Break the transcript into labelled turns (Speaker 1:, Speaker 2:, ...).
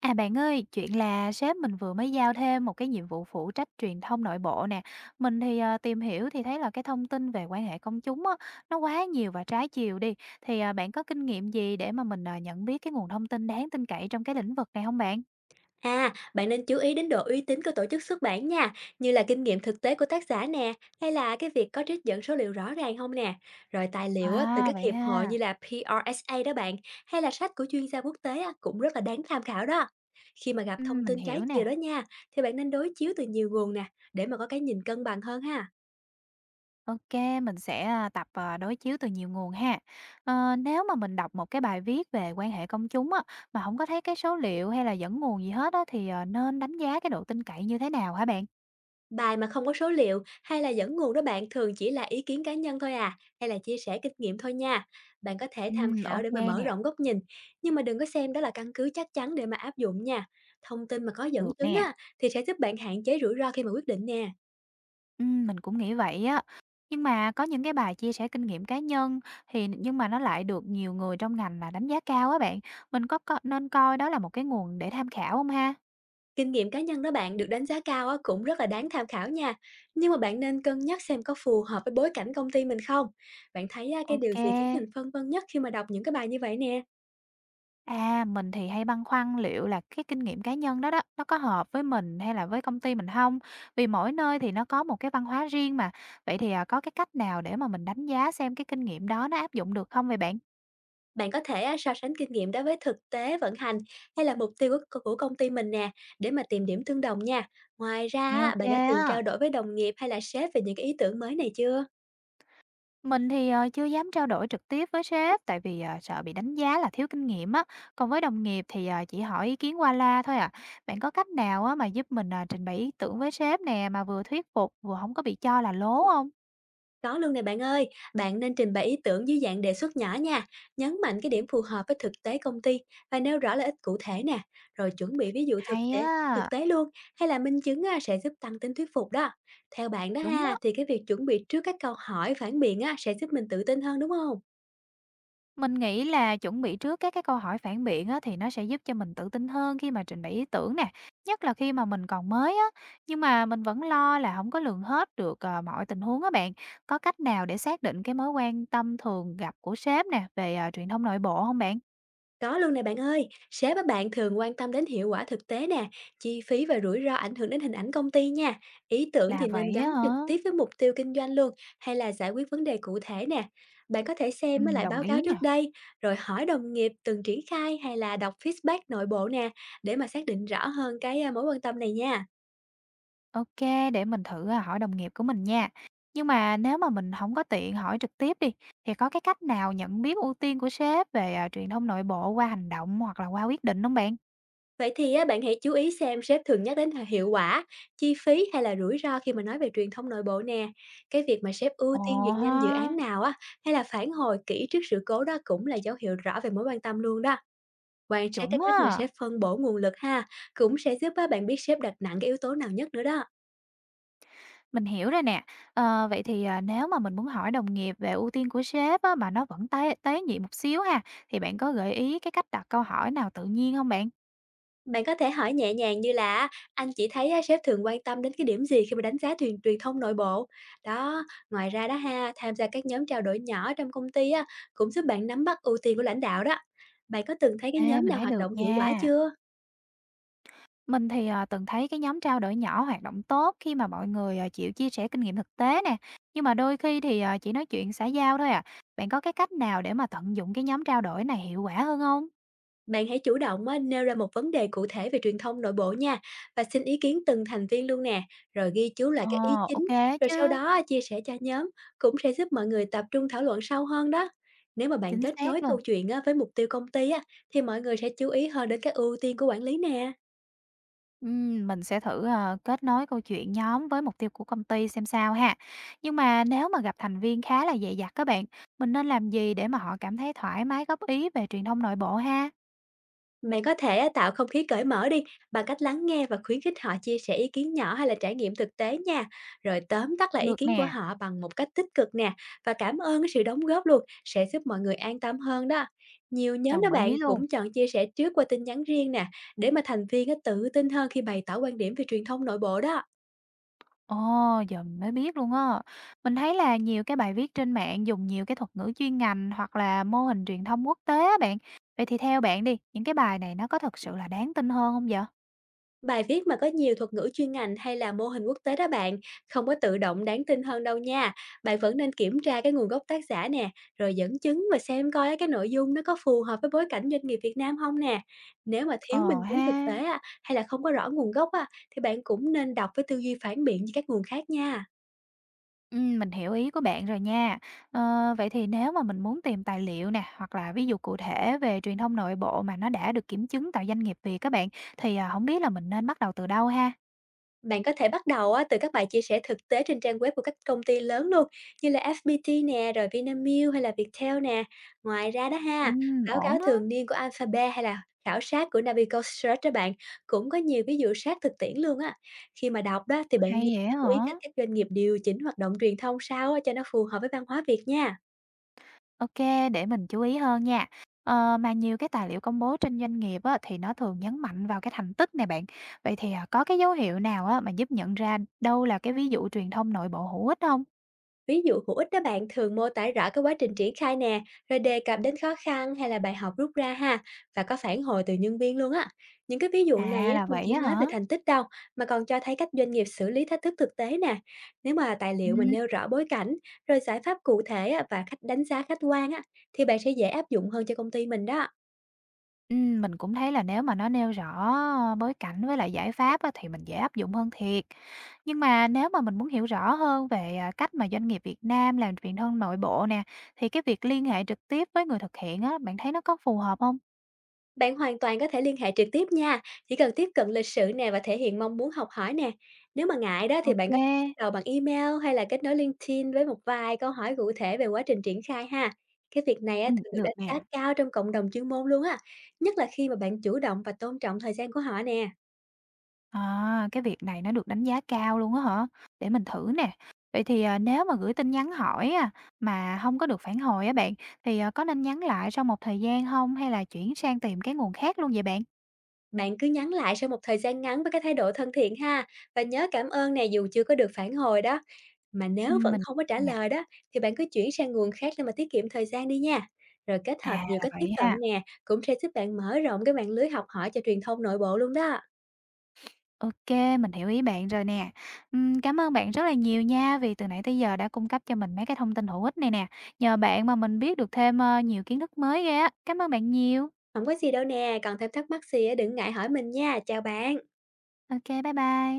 Speaker 1: À, bạn ơi, chuyện là sếp mình vừa mới giao thêm một cái nhiệm vụ phụ trách truyền thông nội bộ nè. Mình thì, tìm hiểu thì thấy là cái thông tin về quan hệ công chúng á, nó quá nhiều và trái chiều đi. Thì, à, bạn có kinh nghiệm gì để mà mình, nhận biết cái nguồn thông tin đáng tin cậy trong cái lĩnh vực này không bạn?
Speaker 2: À, bạn nên chú ý đến độ uy tín của tổ chức xuất bản nha, như là kinh nghiệm thực tế của tác giả nè, hay là cái việc có trích dẫn số liệu rõ ràng không nè. Rồi tài liệu á, từ
Speaker 1: À,
Speaker 2: các
Speaker 1: vậy
Speaker 2: hiệp hội như
Speaker 1: ha.
Speaker 2: là PRSA đó bạn, hay là sách của chuyên gia quốc tế á, cũng rất là đáng tham khảo đó. Khi mà gặp thông
Speaker 1: Mình
Speaker 2: tin trái
Speaker 1: hiểu
Speaker 2: chiều đó
Speaker 1: nè.
Speaker 2: nha, thì bạn nên đối chiếu từ nhiều nguồn nè, để mà có cái nhìn cân bằng hơn ha.
Speaker 1: Ok, mình sẽ, à, đối chiếu từ nhiều nguồn ha. Ờ, nếu mà mình đọc một cái bài viết về quan hệ công chúng á, mà không có thấy cái số liệu hay là dẫn nguồn gì hết á, thì, nên đánh giá cái độ tin cậy như thế nào hả bạn?
Speaker 2: Bài mà không có số liệu hay là dẫn nguồn đó bạn thường chỉ là ý kiến cá nhân thôi à, hay là chia sẻ kinh nghiệm thôi nha. Bạn có thể tham
Speaker 1: Ô
Speaker 2: khảo để mà mở
Speaker 1: nè,
Speaker 2: rộng góc nhìn, nhưng mà đừng có xem đó là căn cứ chắc chắn để mà áp dụng nha. Thông tin mà có dẫn
Speaker 1: được
Speaker 2: chứng
Speaker 1: nè.
Speaker 2: á, thì sẽ giúp bạn hạn chế rủi ro khi mà quyết định nè.
Speaker 1: Mình cũng nghĩ vậy á. Nhưng mà có những cái bài chia sẻ kinh nghiệm cá nhân thì nhưng mà nó lại được nhiều người trong ngành là đánh giá cao á bạn, mình có co nên coi đó là một cái nguồn để tham khảo không ha?
Speaker 2: Kinh nghiệm cá nhân đó bạn được đánh giá cao á, cũng rất là đáng tham khảo nha. Nhưng mà bạn nên cân nhắc xem có phù hợp với bối cảnh công ty mình không. Bạn thấy á, cái điều gì khiến mình
Speaker 1: Ok.
Speaker 2: phân vân nhất khi mà đọc những cái bài như vậy nè?
Speaker 1: À, mình thì hay băn khoăn liệu là cái kinh nghiệm cá nhân đó đó, nó có hợp với mình hay là với công ty mình không. Vì mỗi nơi thì nó có một cái văn hóa riêng mà. Vậy thì, à, có cái cách nào để mà mình đánh giá xem cái kinh nghiệm đó nó áp dụng được không vậy bạn?
Speaker 2: Bạn có thể á, so sánh kinh nghiệm đó với thực tế vận hành hay là mục tiêu của công ty mình nè, để mà tìm điểm tương đồng nha. Ngoài ra,
Speaker 1: Nghe
Speaker 2: á,
Speaker 1: ok
Speaker 2: bạn đã từng trao
Speaker 1: á.
Speaker 2: đổi với đồng nghiệp hay là sếp về những cái ý tưởng mới này chưa?
Speaker 1: Mình thì, chưa dám trao đổi trực tiếp với sếp tại vì, sợ bị đánh giá là thiếu kinh nghiệm á, còn với đồng nghiệp thì, chỉ hỏi ý kiến qua loa thôi à. Bạn có cách nào á mà giúp mình, à, trình bày ý tưởng với sếp nè, mà vừa thuyết phục vừa không có bị cho là lố không?
Speaker 2: Có luôn nè bạn ơi, bạn nên trình bày ý tưởng dưới dạng đề xuất nhỏ nha, nhấn mạnh cái điểm phù hợp với thực tế công ty và nêu rõ lợi ích cụ thể nè, rồi chuẩn bị ví dụ thực
Speaker 1: Hay
Speaker 2: tế thực
Speaker 1: á,
Speaker 2: tế luôn, hay là minh chứng á, sẽ giúp tăng tính thuyết phục đó. Theo bạn đó
Speaker 1: đúng
Speaker 2: ha,
Speaker 1: á.
Speaker 2: thì cái việc chuẩn bị trước các câu hỏi phản biện á, sẽ giúp mình tự tin hơn đúng không?
Speaker 1: Mình nghĩ là chuẩn bị trước các cái câu hỏi phản biện á, thì nó sẽ giúp cho mình tự tin hơn khi mà trình bày ý tưởng nè, nhất là khi mà mình còn mới á. Nhưng mà mình vẫn lo là không có lường hết được, mọi tình huống á bạn. Có cách nào để xác định cái mối quan tâm thường gặp của sếp nè, về, truyền thông nội bộ không bạn?
Speaker 2: Có luôn nè bạn ơi, sếp á bạn thường quan tâm đến hiệu quả thực tế nè, chi phí và rủi ro ảnh hưởng đến hình ảnh công ty nha. Ý tưởng
Speaker 1: Là
Speaker 2: thì nên
Speaker 1: vậy á
Speaker 2: gắn
Speaker 1: hả?
Speaker 2: trực tiếp với mục tiêu kinh doanh luôn, hay là giải quyết vấn đề cụ thể nè. Bạn có thể xem với lại
Speaker 1: Đồng
Speaker 2: báo cáo
Speaker 1: ý nè.
Speaker 2: trước đây, rồi hỏi đồng nghiệp từng triển khai hay là đọc feedback nội bộ nè, để mà xác định rõ hơn cái à, mối quan tâm này nha.
Speaker 1: Ok, để mình thử, hỏi đồng nghiệp của mình nha. Nhưng mà nếu mà mình không có tiện hỏi trực tiếp đi, thì có cái cách nào nhận biết ưu tiên của sếp về, truyền thông nội bộ qua hành động hoặc là qua quyết định không bạn?
Speaker 2: Vậy thì á, bạn hãy chú ý xem sếp thường nhắc đến hiệu quả, chi phí hay là rủi ro khi mà nói về truyền thông nội bộ nè. Cái việc mà sếp ưu
Speaker 1: Ồ
Speaker 2: tiên duyệt
Speaker 1: ha,
Speaker 2: nhanh dự án nào á, hay là phản hồi kỹ trước sự cố đó cũng là dấu hiệu rõ về mối quan tâm luôn đó. Quan sát
Speaker 1: chuẩn
Speaker 2: cái cách mà
Speaker 1: á.
Speaker 2: sếp phân bổ nguồn lực ha, cũng sẽ giúp á, bạn biết sếp đặt nặng cái yếu tố nào nhất nữa đó.
Speaker 1: Mình hiểu rồi nè. Ờ, vậy thì, à, nếu mà mình muốn hỏi đồng nghiệp về ưu tiên của sếp á, mà nó vẫn tế tế nhị một xíu ha, thì bạn có gợi ý cái cách đặt câu hỏi nào tự nhiên không bạn?
Speaker 2: Bạn có thể hỏi nhẹ nhàng như là: anh chỉ thấy á, sếp thường quan tâm đến cái điểm gì khi mà đánh giá truyền truyền thông nội bộ. Đó, ngoài ra đó ha, tham gia các nhóm trao đổi nhỏ trong công ty á, cũng giúp bạn nắm bắt ưu tiên của lãnh đạo đó. Bạn có từng thấy cái
Speaker 1: Ê,
Speaker 2: nhóm
Speaker 1: mình
Speaker 2: nào
Speaker 1: thấy
Speaker 2: hoạt
Speaker 1: được
Speaker 2: động hiệu quả
Speaker 1: nha.
Speaker 2: chưa?
Speaker 1: Mình thì, từng thấy cái nhóm trao đổi nhỏ hoạt động tốt khi mà mọi người, chịu chia sẻ kinh nghiệm thực tế nè, nhưng mà đôi khi thì, chỉ nói chuyện xã giao thôi à. Bạn có cái cách nào để mà tận dụng cái nhóm trao đổi này hiệu quả hơn không?
Speaker 2: Bạn hãy chủ động á, nêu ra một vấn đề cụ thể về truyền thông nội bộ nha, và xin ý kiến từng thành viên luôn nè, rồi ghi chú lại
Speaker 1: Ờ,
Speaker 2: các ý
Speaker 1: ok
Speaker 2: chính, rồi sau
Speaker 1: chứ,
Speaker 2: đó á, chia sẻ cho nhóm cũng sẽ giúp mọi người tập trung thảo luận sâu hơn đó. Nếu mà bạn
Speaker 1: chính
Speaker 2: kết nối
Speaker 1: xác luôn.
Speaker 2: câu chuyện á, với mục tiêu công ty á, thì mọi người sẽ chú ý hơn đến các ưu tiên của quản lý nè.
Speaker 1: Mình sẽ thử, kết nối câu chuyện nhóm với mục tiêu của công ty xem sao ha. Nhưng mà nếu mà gặp thành viên khá là dè dặt các bạn, mình nên làm gì để mà họ cảm thấy thoải mái góp ý về truyền thông nội bộ ha?
Speaker 2: Mày có thể á, tạo không khí cởi mở đi, bằng cách lắng nghe và khuyến khích họ chia sẻ ý kiến nhỏ hay là trải nghiệm thực tế nha. Rồi tóm tắt lại ý
Speaker 1: Được
Speaker 2: kiến của
Speaker 1: nè,
Speaker 2: họ bằng một cách tích cực nè, và cảm ơn cái sự đóng góp luôn sẽ giúp mọi người an tâm hơn đó. Nhiều nhóm đó
Speaker 1: đồng ý
Speaker 2: bạn
Speaker 1: luôn.
Speaker 2: cũng chọn chia sẻ trước qua tin nhắn riêng nè, để mà thành viên á, tự tin hơn khi bày tỏ quan điểm về truyền thông nội bộ đó.
Speaker 1: Ồ, giờ mình mới biết luôn á. Mình thấy là nhiều cái bài viết trên mạng dùng nhiều cái thuật ngữ chuyên ngành hoặc là mô hình truyền thông quốc tế á bạn. Vậy thì theo bạn đi, những cái bài này nó có thật sự là đáng tin hơn không vậy?
Speaker 2: Bài viết mà có nhiều thuật ngữ chuyên ngành hay là mô hình quốc tế đó bạn, không có tự động đáng tin hơn đâu nha. Bạn vẫn nên kiểm tra cái nguồn gốc tác giả nè, rồi dẫn chứng và xem coi á, cái nội dung nó có phù hợp với bối cảnh doanh nghiệp Việt Nam không nè. Nếu mà thiếu
Speaker 1: Ờ
Speaker 2: minh chứng thực
Speaker 1: ha.
Speaker 2: tế á, hay là không có rõ nguồn gốc á, thì bạn cũng nên đọc với tư duy phản biện với các nguồn khác nha.
Speaker 1: Mình hiểu ý của bạn rồi nha. Ờ, vậy thì nếu mà mình muốn tìm tài liệu nè, hoặc là ví dụ cụ thể về truyền thông nội bộ mà nó đã được kiểm chứng tại doanh nghiệp Việt các bạn, thì, hổng biết là mình nên bắt đầu từ đâu ha?
Speaker 2: Bạn có thể bắt đầu á, từ các bài chia sẻ thực tế trên trang web của các công ty lớn luôn, như là FPT nè, rồi Vinamilk hay là Viettel nè. Ngoài ra đó ha, báo cáo
Speaker 1: Ổn á,
Speaker 2: thường niên của Alphabet hay là khảo sát của Navigo Search đó bạn, cũng có nhiều ví dụ sát thực tiễn luôn á. Khi mà đọc đó thì bạn
Speaker 1: hay
Speaker 2: nhớ
Speaker 1: vậy
Speaker 2: chú ý
Speaker 1: hả?
Speaker 2: cách các doanh nghiệp điều chỉnh hoạt động truyền thông sao á, cho nó phù hợp với văn hóa Việt nha.
Speaker 1: Ok, để mình chú ý hơn nha. Ờ, mà nhiều cái tài liệu công bố trên doanh nghiệp á, thì nó thường nhấn mạnh vào cái thành tích này bạn. Vậy thì, à, có cái dấu hiệu nào á, mà giúp nhận ra đâu là cái ví dụ truyền thông nội bộ hữu ích không?
Speaker 2: Ví dụ hữu ích đó bạn thường mô tả rõ cái quá trình triển khai nè, rồi đề cập đến khó khăn hay là bài học rút ra ha, và có phản hồi từ nhân viên luôn á. Những cái ví dụ này
Speaker 1: À,
Speaker 2: á,
Speaker 1: là
Speaker 2: không
Speaker 1: vậy
Speaker 2: chỉ
Speaker 1: á
Speaker 2: nói về
Speaker 1: hả?
Speaker 2: thành tích đâu, mà còn cho thấy cách doanh nghiệp xử lý thách thức thực tế nè. Nếu mà tài liệu mình nêu rõ bối cảnh, rồi giải pháp cụ thể á, và cách đánh giá khách quan á, thì bạn sẽ dễ áp dụng hơn cho công ty mình đó.
Speaker 1: Mình cũng thấy là nếu mà nó nêu rõ bối cảnh với lại giải pháp á, thì mình dễ áp dụng hơn thiệt. Nhưng mà nếu mà mình muốn hiểu rõ hơn về cách mà doanh nghiệp Việt Nam làm truyền thông nội bộ nè, thì cái việc liên hệ trực tiếp với người thực hiện á, bạn thấy nó có phù hợp không?
Speaker 2: Bạn hoàn toàn có thể liên hệ trực tiếp nha, chỉ cần tiếp cận lịch sử nè và thể hiện mong muốn học hỏi nè. Nếu mà ngại đó thì bạn có thể
Speaker 1: Ok,
Speaker 2: bắt đầu bằng email hay là kết nối LinkedIn với một vài câu hỏi cụ thể về quá trình triển khai ha. Cái việc này á,
Speaker 1: ừ,
Speaker 2: thường được
Speaker 1: được
Speaker 2: đánh giá
Speaker 1: nè.
Speaker 2: cao trong cộng đồng chuyên môn luôn á, nhất là khi mà bạn chủ động và tôn trọng thời gian của họ nè.
Speaker 1: À, cái việc này nó được đánh giá cao luôn á hả? Để mình thử nè. Vậy thì à, nếu mà gửi tin nhắn hỏi à, mà không có được phản hồi á bạn, thì à, có nên nhắn lại sau một thời gian không hay là chuyển sang tìm cái nguồn khác luôn vậy bạn?
Speaker 2: Bạn cứ nhắn lại sau một thời gian ngắn với cái thái độ thân thiện ha, và nhớ cảm ơn nè dù chưa có được phản hồi đó. Mà nếu vẫn
Speaker 1: Mình
Speaker 2: không có trả
Speaker 1: nha.
Speaker 2: lời đó, thì bạn cứ chuyển sang nguồn khác để mà tiết kiệm thời gian đi nha. Rồi kết
Speaker 1: À,
Speaker 2: hợp nhiều
Speaker 1: là
Speaker 2: cách tiếp
Speaker 1: vậy
Speaker 2: cận
Speaker 1: ha.
Speaker 2: nè, cũng sẽ giúp bạn mở rộng cái mạng lưới học hỏi cho truyền thông nội bộ luôn đó.
Speaker 1: Ô kê, mình hiểu ý bạn rồi nè. Cảm ơn bạn rất là nhiều nha, vì từ nãy tới giờ đã cung cấp cho mình mấy cái thông tin hữu ích này nè. Nhờ bạn mà mình biết được thêm, nhiều kiến thức mới ghê á. Cảm ơn bạn nhiều.
Speaker 2: Không có gì đâu nè, còn thêm thắc mắc gì á, đừng ngại hỏi mình nha. Chào bạn.
Speaker 1: Ô kê, bye bye.